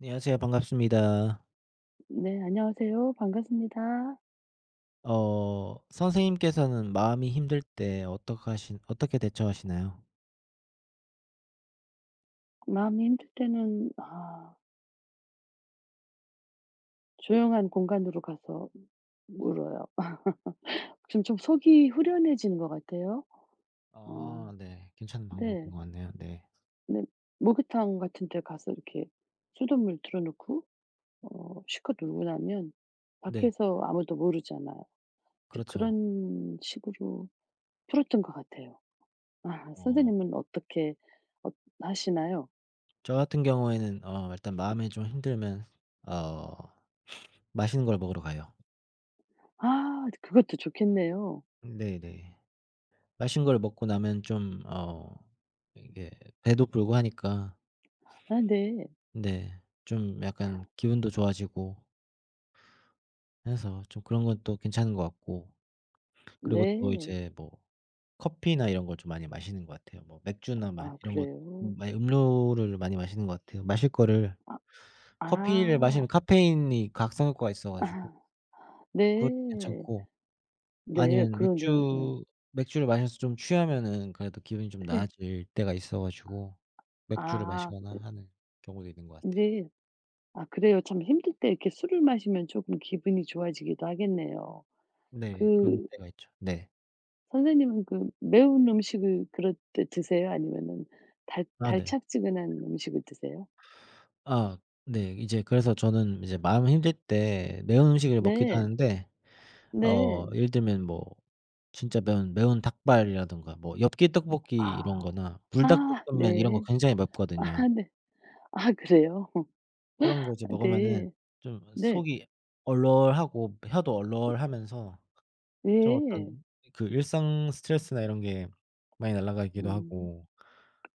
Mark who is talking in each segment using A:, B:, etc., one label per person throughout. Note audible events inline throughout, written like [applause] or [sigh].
A: 안녕하세요. 반갑습니다.
B: 네, 안녕하세요. 반갑습니다.
A: 선생님께서는 마음이 힘들 때 어떻게 대처하시나요?
B: 마음이 힘들 때는 아, 조용한 공간으로 가서 울어요. 지금 좀 속이 후련해지는 것 같아요. 어,
A: 아, 네. 괜찮은 방법인
B: 네,
A: 것 같네요. 네.
B: 네, 목욕탕 같은 데 가서 이렇게 수돗물 틀어놓고 어, 실컷 울고 나면
A: 네.
B: 밖에서 아무도 모르잖아요. 이제
A: 그렇죠.
B: 그런 식으로 풀었던 것 같아요. 아,
A: 어
B: 선생님은 어떻게 어, 하시나요?
A: 저 같은 경우에는 일단 마음이 좀 힘들면 어 맛있는 걸 먹으러 가요.
B: 아, 그것도 좋겠네요.
A: 네네. 맛있는 걸 먹고 나면 좀 이게 배도 불고 하니까
B: 아, 네,
A: 네, 좀 약간 기분도 좋아지고 해서 좀 그런 건 또 괜찮은 것 같고. 그리고 또
B: 네.
A: 이제 뭐 커피나 이런 걸 좀 많이 마시는 것 같아요. 뭐 맥주나 막
B: 아
A: 이런 것. 음,
B: 그래요?
A: 많이 음료를 많이 마시는 것 같아요. 마실 거를 커피를
B: 아.
A: 마시면 카페인이 각성효과가 있어 가지고
B: [laughs]
A: 그것도
B: 네.
A: 괜찮고.
B: 네.
A: 아니면
B: 그러네요.
A: 맥주, 맥주를 마셔서 좀 취하면은 그래도 기분이 좀
B: 예. 네.
A: 나아질 때가 있어 가지고 맥주를
B: 아
A: 마시거나 하는 경우도 있는 것 같아요.
B: 인제 아 그래요. 참 힘들 때 이렇게 술을 마시면 조금 기분이 좋아지기도 하겠네요.
A: 네. 그런
B: 그
A: 때가 있죠. 네.
B: 선생님은 그 매운 음식을 그럴 때 드세요? 아니면은 달
A: 아, 네.
B: 달짝지근한 음식을 드세요?
A: 아, 네. 이제 그래서 저는 이제 마음 힘들 때 매운 음식을 먹기도
B: 네.
A: 하는데,
B: 네.
A: 예를 들면 뭐 진짜 매운 닭발이라든가 뭐 엽기 떡볶이 이런
B: 아.
A: 거나
B: 아
A: 불닭볶음면 이런 거
B: 네.
A: 굉장히 맵거든요.
B: 아 네. 아 그래요? [laughs]
A: 그런 거 이제 먹으면은
B: 네.
A: 좀
B: 네.
A: 속이 얼얼하고 혀도 얼얼하면서 좀
B: 예.
A: 어떤 그 일상 스트레스나 이런 게 많이 날아가기도
B: 음.
A: 하고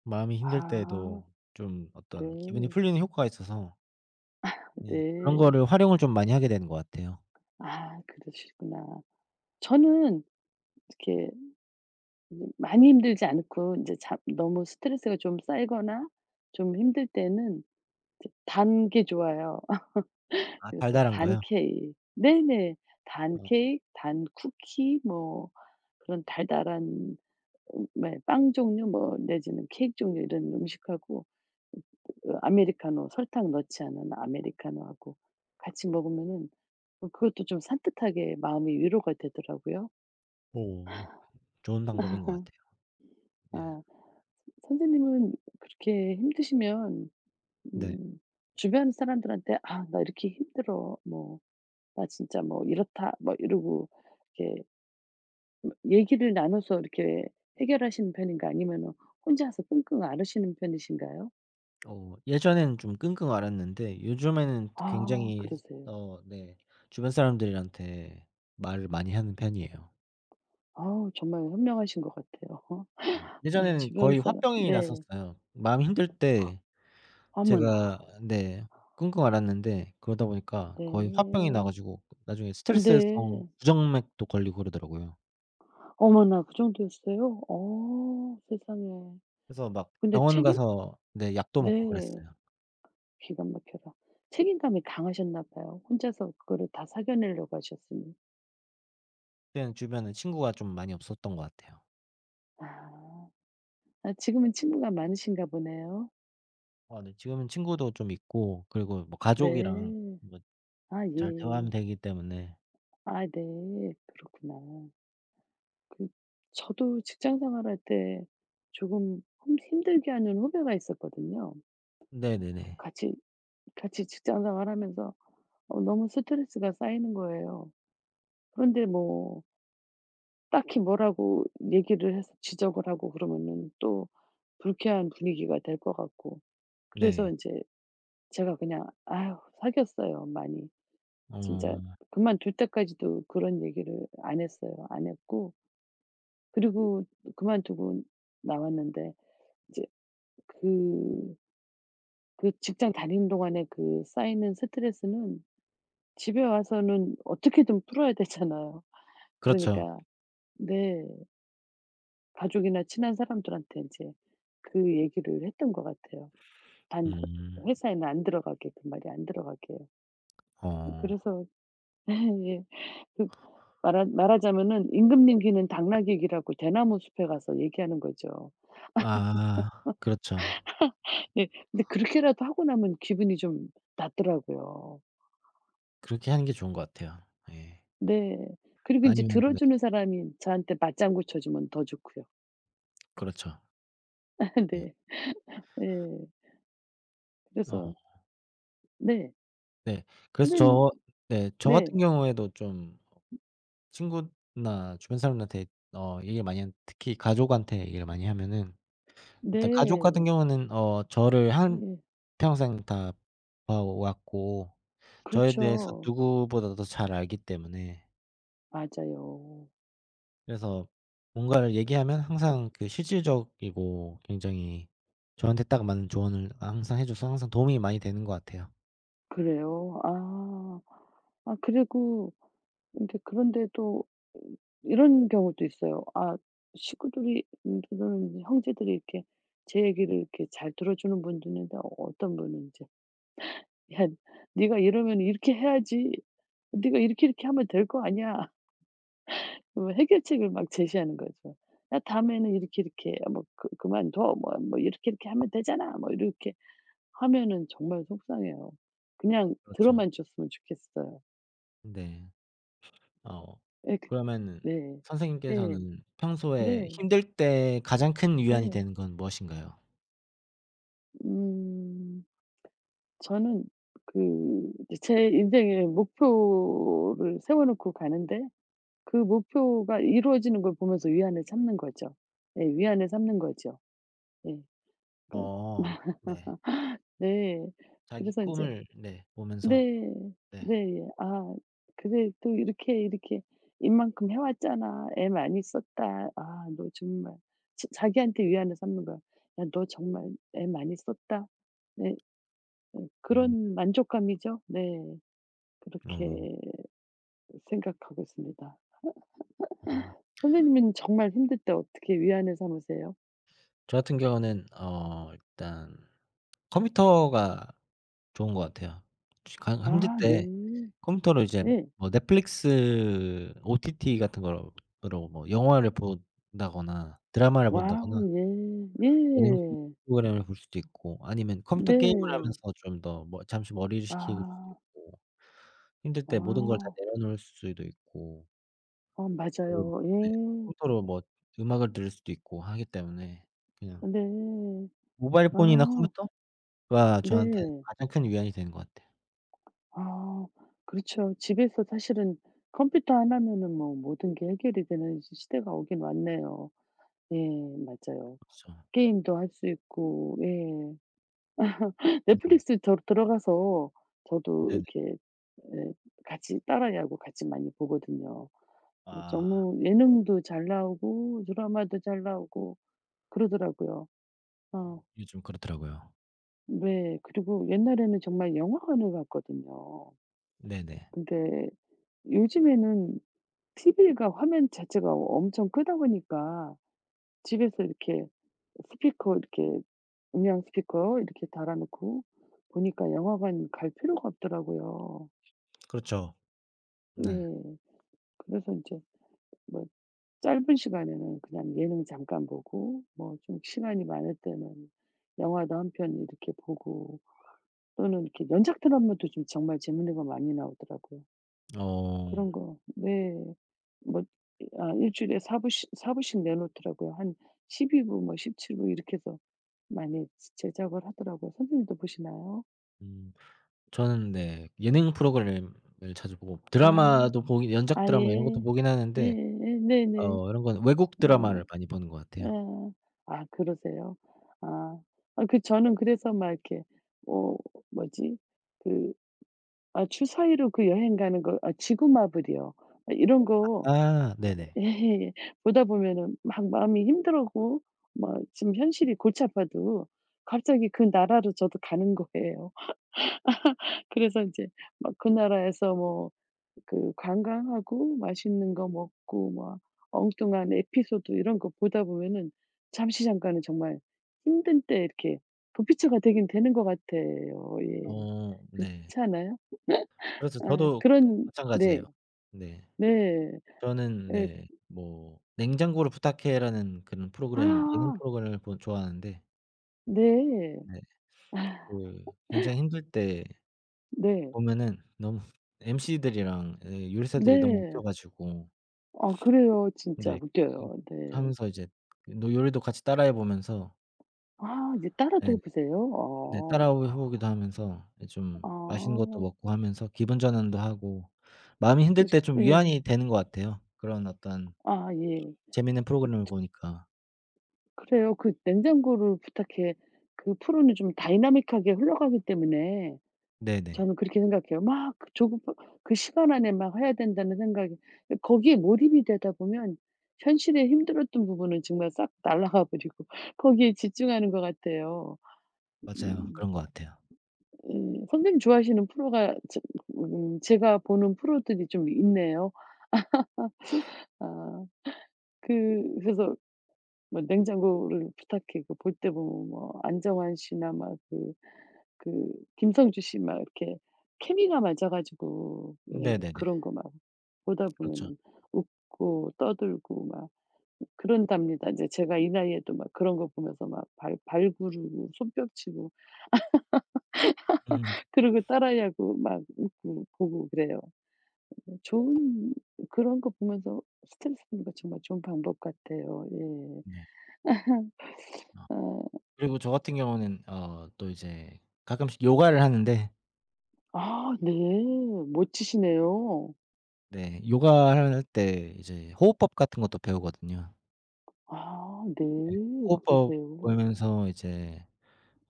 A: 마음이 힘들
B: 아
A: 때에도 좀 어떤 기분이
B: 네.
A: 풀리는 효과가 있어서, 예, 그런
B: 네.
A: 거를 활용을 좀 많이 하게 되는 것 같아요.
B: 아 그러시구나. 저는 이렇게 이제 많이 힘들지 않고 이제잡 너무 스트레스가 좀 쌓이거나 좀 힘들 때는 이제 단 게 좋아요. [laughs]
A: 아,
B: 그래서
A: 달달한
B: 단
A: 거요?
B: 케이 네네. 단
A: 어.
B: 케이크, 단 쿠키 뭐 그런 달달한 네 빵 종류 뭐 내지는 케이크 종류 이런 음식하고 그 아메리카노 설탕 넣지 않은 아메리카노하고 같이 먹으면은 어 그것도 좀 산뜻하게 마음이 위로가 되더라고요.
A: 오. 좋은 방법인 것 같아요.
B: [laughs]
A: 예.
B: 아 선생님은 그렇게 힘드시면
A: 네.
B: 음 주변 사람들한테 "아 나 이렇게 힘들어." 뭐 "나 진짜 뭐 이렇다." 뭐 이러고 이렇게 뭐 얘기를 나눠서 이렇게 해결하시는 편인가 아니면 혼자서 끙끙 앓으시는 편이신가요?
A: 예전에는 좀 끙끙 앓았는데 요즘에는
B: 아
A: 굉장히,
B: 그러세요.
A: 네, 주변 사람들한테 말을 많이 하는 편이에요.
B: 아우 정말 현명하신 것 같아요.
A: 네.
B: [laughs] 아
A: 예전에는
B: 주변
A: 거의
B: 사람
A: 화병이
B: 네.
A: 났었어요. 마음이 힘들 때 제가,
B: 어머나.
A: 네, 끙끙 앓았는데 그러다 보니까 거의 화병이
B: 네.
A: 나 가지고 나중에
B: 네.
A: 스트레스성 부정맥도 걸리고 그러더라고요.
B: 어머나 그 정도였어요? 어 세상에.
A: 그래서 막
B: 근데
A: 병원
B: 책임
A: 가서, 네, 약도 먹고
B: 네.
A: 그랬어요.
B: 기가 막혀라. 책임감이 강하셨나 봐요. 혼자서 그거를 다 사겨내려고 하셨으니.
A: 그때는 주변에 친구가 좀 많이 없었던 것 같아요.
B: 아. 아 지금은 친구가 많으신가 보네요.
A: 아, 네, 지금은 친구도 좀 있고 그리고 뭐 가족이랑
B: 네.
A: 뭐
B: 아
A: 잘 대화하면
B: 예.
A: 되기 때문에.
B: 아 네. 그렇구나. 그 저도 직장 생활할 때 조금 홈 힘들게 하는 후배가 있었거든요.
A: 네네네.
B: 같이 같이 직장 생활하면서 어 너무 스트레스가 쌓이는 거예요. 그런데 뭐 딱히 뭐라고 얘기를 해서 지적을 하고 그러면은 또 불쾌한 분위기가 될 것 같고. 그래서
A: 네.
B: 이제 제가 그냥 아유 사귀었어요 많이. 진짜
A: 어,
B: 그만둘 때까지도 그런 얘기를 안 했어요. 안 했고 그리고 그만두고 나왔는데 이제 그 그 직장 다니는 동안에 그 쌓이는 스트레스는 집에 와서는 어떻게든 풀어야 되잖아요.
A: 그렇죠.
B: 그러니까 네. 가족이나 친한 사람들한테 이제 그 얘기를 했던 것 같아요. 단 회
A: 음.
B: 회사에는 안 들어가게 그 말이 안 들어가게요.
A: 어.
B: 그래서 [laughs] 예. 그 말하자면은 임금님 귀는 당나귀 귀라고 대나무 숲에 가서 얘기하는 거죠.
A: 아, 그렇죠.
B: [laughs] 예. 근데 그렇게라도 하고 나면 기분이 좀 낫더라고요.
A: 그렇게 하는 게 좋은 것 같아요. 예.
B: 네. 그리고 인제
A: 아니면, 네,
B: 들어주는 사람이 저한테 맞장구 쳐 주면 더 좋고요.
A: 그렇죠.
B: [laughs]
A: 예.
B: 네. 예. 그래서
A: 어,
B: 네.
A: 네. 그래서
B: 선생님
A: 저, 네, 저
B: 네.
A: 같은 경우에도 좀 친구나 주변 사람들한테 얘기를 많이 한, 특히 가족한테 얘기를 많이 하면은, 일단 가족 같은
B: 네.
A: 경우는 저를
B: 예.
A: 한평생 다 봐 왔고 저에 대해서
B: 그렇죠.
A: 누구보다도 잘 알기 때문에,
B: 맞아요.
A: 그래서 뭔가를 얘기하면 항상 그 실질적이고 굉장히 저한테 딱 맞는 조언을 항상 해 줘서 항상 도움이 많이 되는 것 같아요.
B: 그래요? 아. 아 그리고 인제 그런데 또 이런 경우도 있어요. 아 식구들이 또는 형제들이 이렇게 제 얘기를 이렇게 잘 들어주는 분도 있는데 어떤 분은 인제 "야 네가 이러면 이렇게 해야지. 네가 이렇게, 이렇게 하면 될 거 아니야." [laughs] 뭐 해결책을 막 제시하는 거죠. "야 다음에는 이렇게, 이렇게 해. 뭐 그 그만둬. 뭐 뭐 이렇게, 이렇게 하면 되잖아." 뭐 이렇게 하면은 정말 속상해요. 그냥
A: 그렇죠.
B: 들어만 줬으면 좋겠어요.
A: 네. 어
B: 예 그
A: 그러면은
B: 네. 예. 네.
A: 선생님께서는 평소에
B: 네,
A: 힘들 때 가장 큰 위안이
B: 네.
A: 되는 건 무엇인가요?
B: 음. 저는 그 제 인생의 목표를 세워 놓고 가는데 그 목표가 이루어지는 걸 보면서 위안을 삼는 거죠. 예 위안을 삼는 거죠. 예. 그
A: 어,
B: [laughs]
A: 네.
B: 네.
A: 자기
B: 그래서 인제
A: 꿈을, 네, 보면서.
B: 네.
A: 네.
B: 네. 예. 아 그래 또 이렇게, 이렇게 "이만큼 해 왔잖아. 애 많이 썼다. 아 너 정말" 자 자기한테 위안을 삼는 거야. "야 너 정말 애 많이 썼다." 네. 예
A: 음.
B: 그런 만족감이죠. 네. 그렇게
A: 어.
B: 생각하고 있습니다.
A: 음.
B: 선생님은 정말 힘들 때 어떻게 위안을 삼으세요?
A: 저 같은 경우는 일단 컴퓨터가 좋은 것 같아요. 가 힘들
B: 아 네.
A: 때 컴퓨터로 이제
B: 예.
A: 뭐 넷플릭스 OTT 같은 거로 으로 뭐 영화를 본다거나 드라마를
B: 와우
A: 본다거나
B: 예.
A: 예능
B: 예.
A: 프로그램을 볼 수도 있고, 아니면 컴퓨터 게임을
B: 네.
A: 하면서 좀 더 뭐 잠시 머리를 식힐 수도
B: 아.
A: 있고, 힘들 때 모든 걸 다
B: 아.
A: 내려놓을 수도 있고.
B: 어
A: 그리고,
B: 맞아요.
A: 네,
B: 예.
A: 컴퓨터로 뭐 음악을 들을 수도 있고 하기 때문에 그냥
B: 네.
A: 모바일 폰이나
B: 아
A: 컴퓨터가 저한테는
B: 네.
A: 가장 큰 위안이 되는 것 같아요.
B: 아 그렇죠. 집에서 사실은 컴퓨터 하나면은 뭐 모든 게 해결이 되는 시 시대가 오긴 왔네요. 예 맞아요.
A: 그렇죠.
B: 게임도 할 수 있고 예.
A: 네네.
B: 넷플릭스 저 들어가서 저도
A: 네네.
B: 이렇게 예 같이 딸아이하고 같이 많이 보거든요. 뭐
A: 아,
B: 너무 예능도 잘 나오고 드라마도 잘 나오고 그러더라고요. 아
A: 요즘 그렇더라고요.
B: 네. 그리고 옛날에는 정말 영화관을 갔거든요.
A: 네네.
B: 근데 요즘에는 TV가 화면 자체가 엄청 크다 보니까 집에서 이렇게 스피커 이렇게 음향 스피커 이렇게 달아 놓고 보니까 영화관 갈 필요가 없더라고요.
A: 그렇죠. 네.
B: 예. 그래서 이제뭐 짧은 시간에는 그냥 예능 잠깐 보고 뭐 좀 시간이 많을 때는 영화도 한 편 이렇게 보고 또는 이렇게 연작 드라마도 좀 정말 재밌는 거 많이 나오더라고요.
A: 어.
B: 그런 거 네. 뭐 아 일 주일에 4부씩 부씩 사 부씩 내놓더라고요. 한 12부 부 뭐 17부 이렇게 해서 많이 제작을 하더라고요. 선생님도 보시나요?
A: 음, 저는, 네, 예능 프로그램을 자주 보고
B: 아.
A: 드라마도 보긴, 연작
B: 아
A: 드라마 이런 것도
B: 예.
A: 보긴
B: 예, 예.
A: 하는데
B: 네, 네 네.
A: 이런 건 외국 드라마를
B: 아.
A: 많이 보는 것 같아요.
B: 예. 아 그러세요? 아. 아 그 저는 그래서 막 이렇게 어 뭐지? 그 아 주사위로 그 여행 가는 거 아 지구마블이요. 아 이런 거
A: 아, 네네.
B: [laughs] 예. 보다 보면은 막 마음이 힘들고 뭐 지금 현실이 골치 아파도 갑자기 그 나라로 저도 가는 거예요. [laughs] 그래서 이제 막 그 나라에서 뭐 그 관광하고 맛있는 거 먹고 막 엉뚱한 에피소드 이런 거 보다 보면은 잠시 잠깐은 정말 힘든 때 이렇게 도피처가 되긴 되는 것 같아요. 예.
A: 어,
B: 그렇지
A: 네.
B: 않아요?
A: 그래서
B: 아
A: 저도
B: 그런
A: 마찬가지예요.
B: 네.
A: 네.
B: 네.
A: 저는,
B: 예.
A: 네, 뭐 냉장고를 부탁해라는 그런 프로그램, 예능
B: 아
A: 프로그램을 보 좋아하는데,
B: 네.
A: 네, 그 굉장히 힘들 때
B: 네.
A: 보면은 너무 [laughs] MC들이랑 예 요리사들이 너무 웃겨
B: 네.
A: 가지고.
B: 아 그래요. 진짜
A: 네. 음.
B: 웃겨요. 네.
A: 하면서 이제 노 요리도 같이 따라해 보면서,
B: 아 이제 따라도
A: 예,
B: 해 보세요?
A: 네,
B: 어.
A: 따라해 보기도 하면서, 예, 좀
B: 아.
A: 맛있는 것도 먹고 하면서 기분 전환도 하고 마음이 힘들
B: 이제
A: 때 좀
B: 예.
A: 위안이 되는 것 같아요. 그런 어떤
B: 아 예.
A: 재밌는 프로그램을 보니까.
B: 그래요. 그 냉장고를 부탁해 그 프로는 좀 다이나믹하게 흘러가기 때문에
A: 네네.
B: 저는 그렇게 생각해요. 막 그 조급 그 시간 안에 막 해야 된다는 생각이 그 거기에 몰입이 되다 보면 현실에 힘들었던 부분은 정말 싹 날아가 버리고 [laughs] 거기에 집중하는 것 같아요.
A: 맞아요.
B: 음.
A: 그런 것 같아요.
B: 음. 선생님 좋아하시는 프로가 제가 보는 프로들이 좀 있네요. 아 그 그래서 뭐 냉장고를 부탁해 그 볼 때 보면 뭐 안정환 씨나 막그 그 김성주 씨 막 이렇게 케미가 맞아 가지고 예
A: 네네네.
B: 그런 거 막 보다
A: 그렇죠.
B: 보면은 웃고 떠들고 막 그런답니다. 이제 제가 이 나이에도 막 그런 거 보면서 막 발 발구르고 손뼉치고
A: 음.
B: 그러고 따라하고 막 웃고 보고 그래요. 네 좋은 그런 거 보면서 스트레스 푸는 거 정말 좋은 방법 같아요. 예.
A: 네. 어
B: 어
A: 그리고 저 같은 경우는 또 이제 가끔씩 요가를 하는데,
B: 아 네. 멋지시네요.
A: 네, 요가를 할 때 이제 호흡법 같은 것도 배우거든요.
B: 아
A: 네.
B: 네.
A: 호흡법
B: 그러세요.
A: 보면서 이제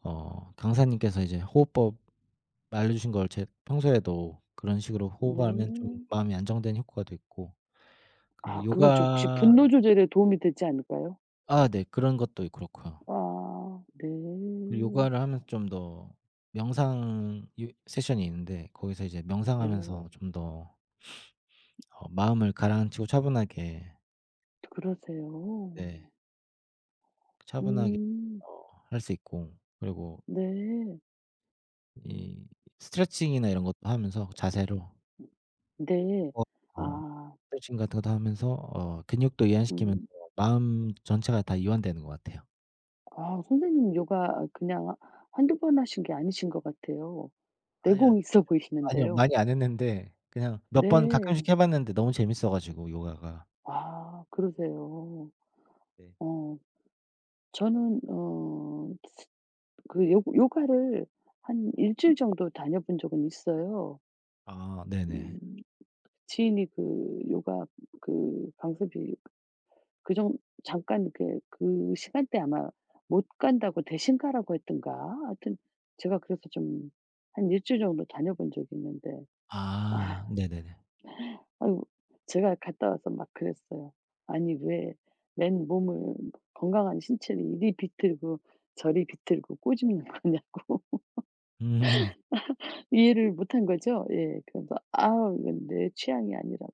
A: 강사님께서 이제 호흡법 알려주신 걸 제 평소에도 그런 식으로 호흡하면 좀
B: 네.
A: 마음이 안정되는 효과도 있고. 그리고
B: 아 그건 좀 혹시
A: 요가,
B: 분노 조절에 도움이 되지 않을까요?
A: 아, 네, 그런 것도 있 그렇고요.
B: 아 네.
A: 그리고 요가를 하면서 좀 더 명상 이 세션이 있는데 거기서 이제
B: 네.
A: 명상하면서 좀 더 마음을 가라앉히고 차분하게,
B: 그러세요.
A: 네, 차분하게
B: 음.
A: 어 할 수 있고. 그리고
B: 네.
A: 이 스트레칭이나 이런 것도 하면서 자세로
B: 네.
A: 바꿔서
B: 아
A: 스트레칭 같은 것도 하면서 근육도 이완시키면서
B: 음.
A: 마음 전체가 다 이완되는 것 같아요.
B: 아 선생님 요가 그냥 한두 번 하신 게 아니신 것 같아요.
A: 아니요.
B: 내공이 있어
A: 아니요.
B: 보이시는데요.
A: 많이 안 했는데 그냥 몇 번 가끔씩
B: 네.
A: 해 봤는데 너무 재밌어 가지고 요가가.
B: 아 그러세요.
A: 네.
B: 어 저는 어 그 요 요가를 한 일 주일 정도 다녀본 적은 있어요.
A: 아, 네네.
B: 음. 지인이 그 요가 그 강습이 그 정 잠깐 이렇게 그 시간대에 아마 못 간다고 대신 가라고 했든가 하여튼 제가 그래서 좀 한 일 주일 정도 다녀본 적이 있는데 아
A: 아, 네네네.
B: 아이고 제가 갔다 와서 막 그랬어요. "아니 왜 맨몸을 건강한 신체를 이리 비틀고 저리 비틀고 꼬집는 거냐고."
A: 음.
B: 이해를 못한 거죠. 예. 그래서 "아 이건 내 취향이 아니라고.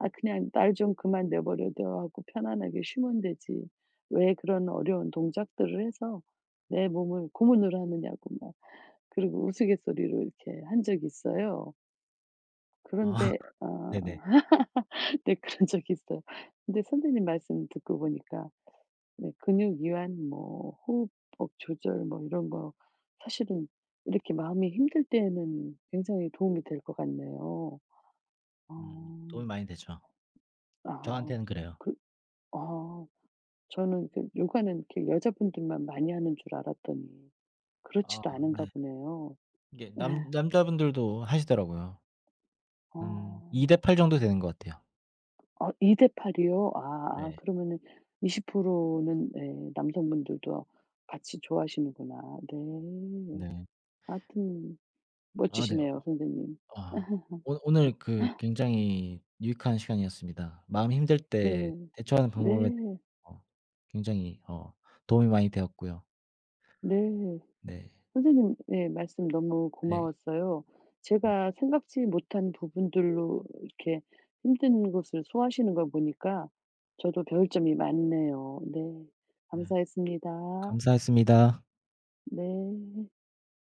B: 아 그냥 날 좀 그만 내버려 둬." 하고 편안하게 쉬면 되지. 왜 그런 어려운 동작들을 해서 내 몸을 고문을 하느냐고 막 그리고 우스갯소리로 이렇게 한 적이 있어요.
A: 아,
B: 그런데
A: [laughs]
B: 아
A: 네네.
B: [laughs] 네 그런 적이 있어요. 근데 선생님 말씀 듣고 보니까 네 근육 이완 뭐 호흡법 조절 뭐 이런 거 사실은 이렇게 마음이 힘들 때에는 굉장히 도움이 될 것 같네요.
A: 음,
B: 어.
A: 도움이 많이 되죠.
B: 아.
A: 저한테는 그래요.
B: 그 아 저는 그 요가는 이렇게 여자분들만 많이 하는 줄 알았더니
A: 아,
B: 그렇지도
A: 네.
B: 않은가 보네요.
A: 이게
B: 예.
A: 남 남자분들도 하시더라고요. 한 2 대
B: 어.
A: 8 정도 되는 것 같아요.
B: 아 2 대 8 이요? 아 아
A: 네.
B: 그러면은 20%는 예 남성분들도 같이 좋아하시는구나. 네.
A: 네.
B: 하여튼
A: 아, 네.
B: 멋지시네요 선생님.
A: 아. 오, 오늘 그 굉장히 유익한 시간이었습니다. 마음이 힘들
B: 네.
A: 때 대처하는 방법에 대해서
B: 네.
A: 어, 굉장히 도움이 많이 되었고요.
B: 네.
A: 네.
B: 선생님 예 말씀 너무
A: 네.
B: 고마웠어요.
A: 음.
B: 제가 생각지 못한 부분들로 이렇게 힘든 것을 소화하시는 걸 보니까 저도 배울 점이 많네요. 네.
A: 네.
B: 감사했습니다.
A: 감사했습니다.
B: 네.